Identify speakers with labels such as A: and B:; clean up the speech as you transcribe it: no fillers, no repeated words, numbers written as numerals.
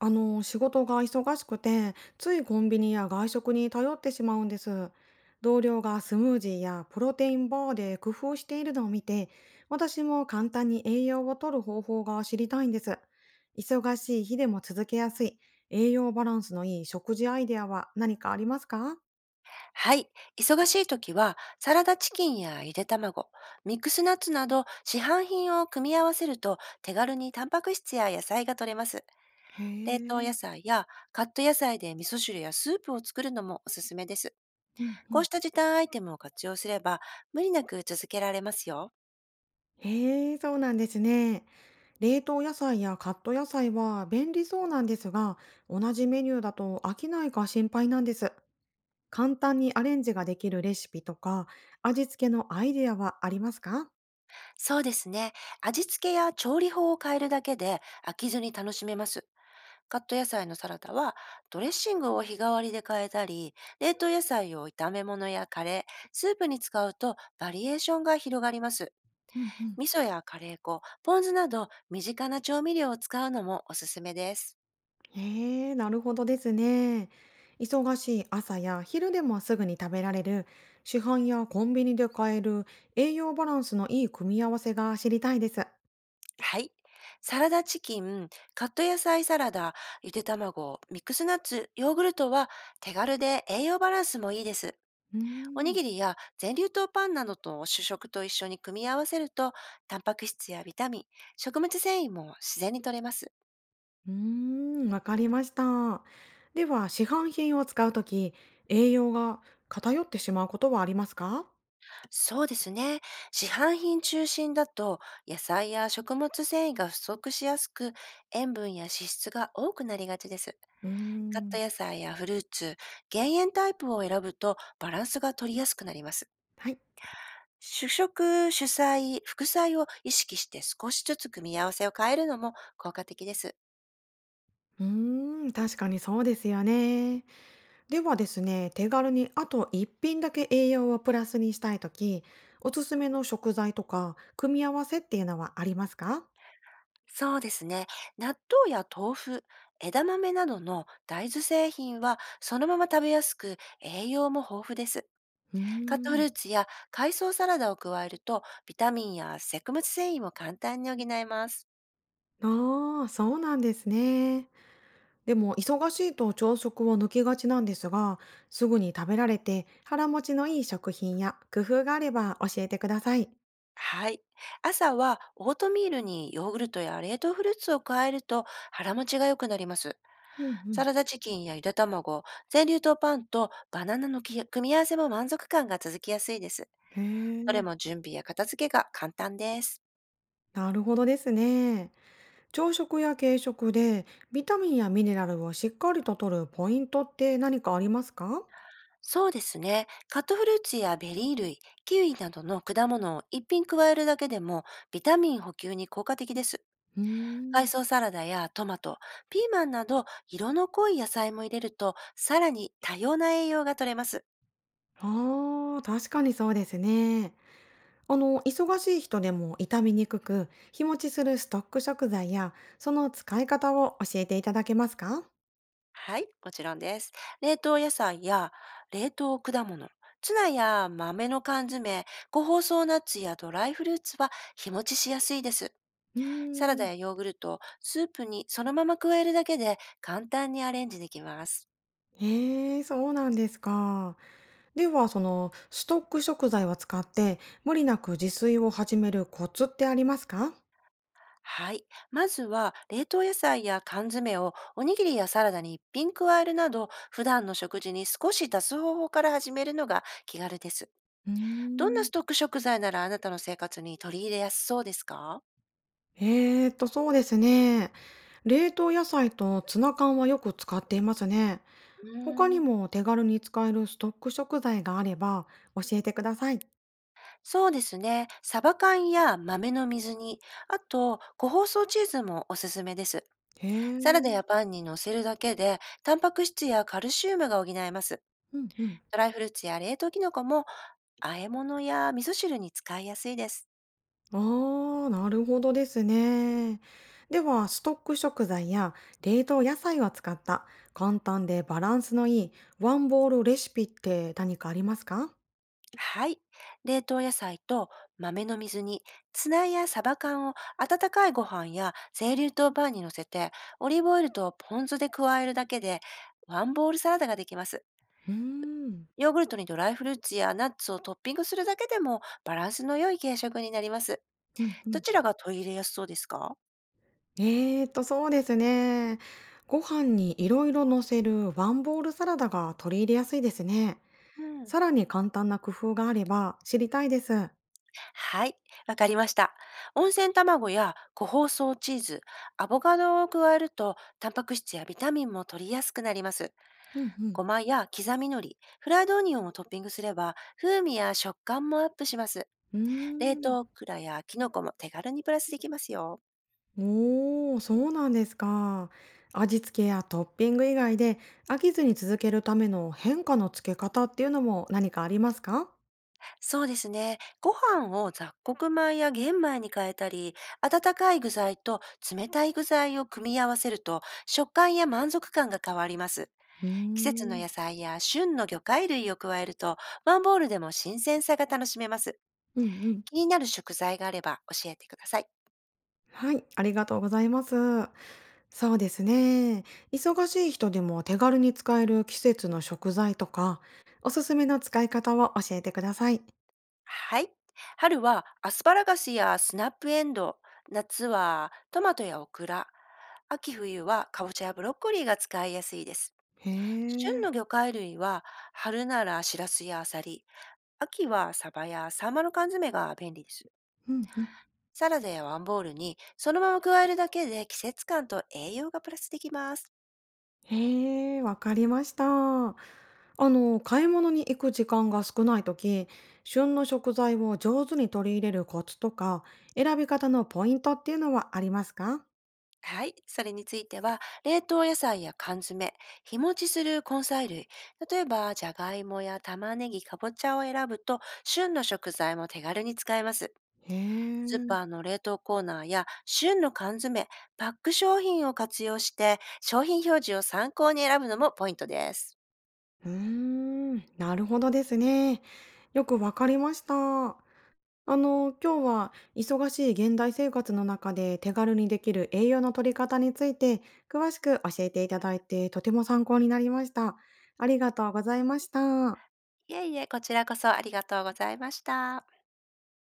A: 仕事が忙しくて、ついコンビニや外食に頼ってしまうんです。同僚がスムージーやプロテインバーで工夫しているのを見て、私も簡単に栄養を摂る方法が知りたいんです。忙しい日でも続けやすい、栄養バランスのいい食事アイデアは何かありますか？
B: はい。忙しい時は、サラダチキンやゆで卵、ミックスナッツなど市販品を組み合わせると手軽にタンパク質や野菜が取れます。
A: へ
B: 冷凍野
A: え、
B: 菜やカット野菜で味噌汁やスープを作るのもおすすめです。
A: うんう
B: こ
A: ん。
B: うした時短アイテムを活用すれば、無理なく続けられますよ。
A: へえ、そうなんですね。冷凍野菜やカット野菜は便利そうなんですが、同じメニューだと飽きないか心配なんです。簡単にアレンジができるレシピとか、味付けのアイデアはありますか？
B: そうですね。味付けや調理法を変えるだけで飽きずに楽しめます。カット野菜のサラダはドレッシングを日替わりで変えたり、冷凍野菜を炒め物やカレー、スープに使うとバリエーションが広がります。
A: うんうん。
B: 味噌やカレー粉、ポン酢など身近な調味料を使うのもおすすめです。
A: へえ、なるほどですね。忙しい朝や昼でもすぐに食べられる、市販やコンビニで買える栄養バランスのいい組み合わせが知りたいです。
B: はい。サラダチキン、カット野菜サラダ、ゆで卵、ミックスナッツ、ヨーグルトは手軽で栄養バランスもいいです。
A: うー
B: おに
A: ん。
B: ぎりや全粒糖パンなどと主食と一緒に組み合わせると、タンパク質やビタミン、食物繊維も自然に摂れます。
A: うーん、わかりました。では、市販品を使うとき、栄養が偏ってしまうことはありますか？
B: そうですね。市販品中心だと、野菜や食物繊維が不足しやすく、塩分や脂質が多くなりがちです。
A: うー
B: カッ
A: ん。
B: ト野菜やフルーツ、減塩タイプを選ぶとバランスが取りやすくなります。
A: はい。
B: 主食、主菜、副菜を意識して少しずつ組み合わせを変えるのも効果的です。
A: うーん、確かにそうですよね。ではですね、手軽にあと1品だけ栄養をプラスにしたいとき、おすすめの食材とか組み合わせっていうのはありますか？
B: そうですね。納豆や豆腐、枝豆などの大豆製品はそのまま食べやすく栄養も豊富です。
A: うー
B: カットフ
A: ん、
B: ルーツや海藻サラダを加えるとビタミンや食物繊維も簡単に補えます。
A: ああ、そうなんですね。でも、忙しいと朝食を抜きがちなんですが、すぐに食べられて腹持ちのいい食品や工夫があれば教えてください。
B: はい。朝はオートミールにヨーグルトや冷凍フルーツを加えると腹持ちが良くなります。
A: うんうん。
B: サラダチキンやゆで卵、全粒糖パンとバナナのき組み合わせも満足感が続きやすいです。
A: へ
B: どれも
A: え、
B: 準備や片付けが簡単です。
A: なるほどですね。朝食や軽食でビタミンやミネラルをしっかりと摂るポイントって何かありますか？
B: そうですね。カットフルーツやベリー類、キウイなどの果物を一品加えるだけでもビタミン補給に効果的です。
A: うー
B: 海藻
A: ん。
B: サラダやトマト、ピーマンなど色の濃い野菜も入れるとさらに多様な栄養が取れます。
A: ああ、確かにそうですね。あの、忙しい人でも傷みにくく、日持ちするストック食材や、その使い方を教えていただけますか？
B: はい、もちろんです。冷凍野菜や冷凍果物、ツナや豆の缶詰、個包装ナッツやドライフルーツは日持ちしやすいです。
A: うー
B: サラダ
A: ん。
B: やヨーグルト、スープにそのまま加えるだけで簡単にアレンジできます。
A: へえ、そうなんですか。では、その、ストック食材を使って、無理なく自炊を始めるコツってありますか？
B: はい。まずは、冷凍野菜や缶詰をおにぎりやサラダに一品加えるなど、普段の食事に少し足す方法から始めるのが気軽です。
A: うー
B: どんな
A: ん。
B: ストック食材ならあなたの生活に取り入れやすそうですか？
A: そうですね。冷凍野菜とツナ缶はよく使っていますね。
B: う
A: 他
B: ー
A: に
B: ん
A: も手軽に使えるストック食材があれば教えてください。
B: そうですね。サバ缶や豆の水煮、あと、個包装チーズもおすすめです。
A: へ
B: サラダ
A: え。
B: やパンに乗せるだけで、タンパク質やカルシウムが補えます。
A: うんうん。
B: ドライフルーツや冷凍キノコも、和え物や味噌汁に使いやすいです。
A: あー、なるほどですね。では、ストック食材や冷凍野菜を使った簡単でバランスのいいワンボールレシピって何かありますか？
B: はい。冷凍野菜と豆の水煮、ツナやサバ缶を温かいご飯や清流糖パンに乗せて、オリーブオイルとポン酢で加えるだけで、ワンボールサラダができます。
A: うーん。
B: ヨーグルトにドライフルーツやナッツをトッピングするだけでもバランスの良い軽食になります。
A: うんう
B: ど
A: ん。
B: ちらが取り入れやすそうですか？
A: そうですね。ご飯にいろいろ乗せるワンボールサラダが取り入れやすいですね。
B: うん。
A: さらに簡単な工夫があれば知りたいです。
B: はい、わかりました。温泉卵や個包装チーズ、アボカドを加えると、タンパク質やビタミンも取りやすくなります。
A: うんうん
B: ごまや刻み海苔、フライドオニオンをトッピングすれば、風味や食感もアップします。
A: うー
B: 冷
A: ん。
B: 凍クラやキノコも手軽にプラスできますよ。
A: おお、そうなんですか。味付けやトッピング以外で飽きずに続けるための変化のつけ方っていうのも何かありますか？
B: そうですね。ご飯を雑穀米や玄米に変えたり、温かい具材と冷たい具材を組み合わせると、食感や満足感が変わります。
A: うー
B: 季節の
A: ん。
B: 野菜や旬の魚介類を加えると、ワンボールでも新鮮さが楽しめます。
A: うんうん。
B: 気になる食材があれば教えてください。
A: はい、ありがとうございます。そうですね。忙しい人でも手軽に使える季節の食材とか、おすすめの使い方を教えてください。
B: はい。春はアスパラガスやスナップエンドウ、夏はトマトやオクラ、秋冬はかぼちゃやブロッコリーが使いやすいです。
A: へ
B: 旬
A: え。
B: の魚介類は春ならシラスやアサリ、秋はサバやサンマの缶詰が便利です。
A: うんうん。
B: サラダやワンボールにそのまま加えるだけで季節感と栄養がプラスできます。
A: へえ、わかりました。あの、買い物に行く時間が少ないとき、旬の食材を上手に取り入れるコツとか、選び方のポイントっていうのはありますか？
B: はい。それについては、冷凍野菜や缶詰、日持ちする根菜類、例えば、じゃがいもや玉ねぎ、かぼちゃを選ぶと、旬の食材も手軽に使えます。
A: へ
B: スー
A: え、
B: パーの冷凍コーナーや、旬の缶詰、パック商品を活用して、商品表示を参考に選ぶのもポイントです。
A: うーん、なるほどですね。よくわかりました。あの、今日は忙しい現代生活の中で手軽にできる栄養の取り方について詳しく教えていただいてとても参考になりました。ありがとうございました。
B: いえいえ、こちらこそありがとうございました。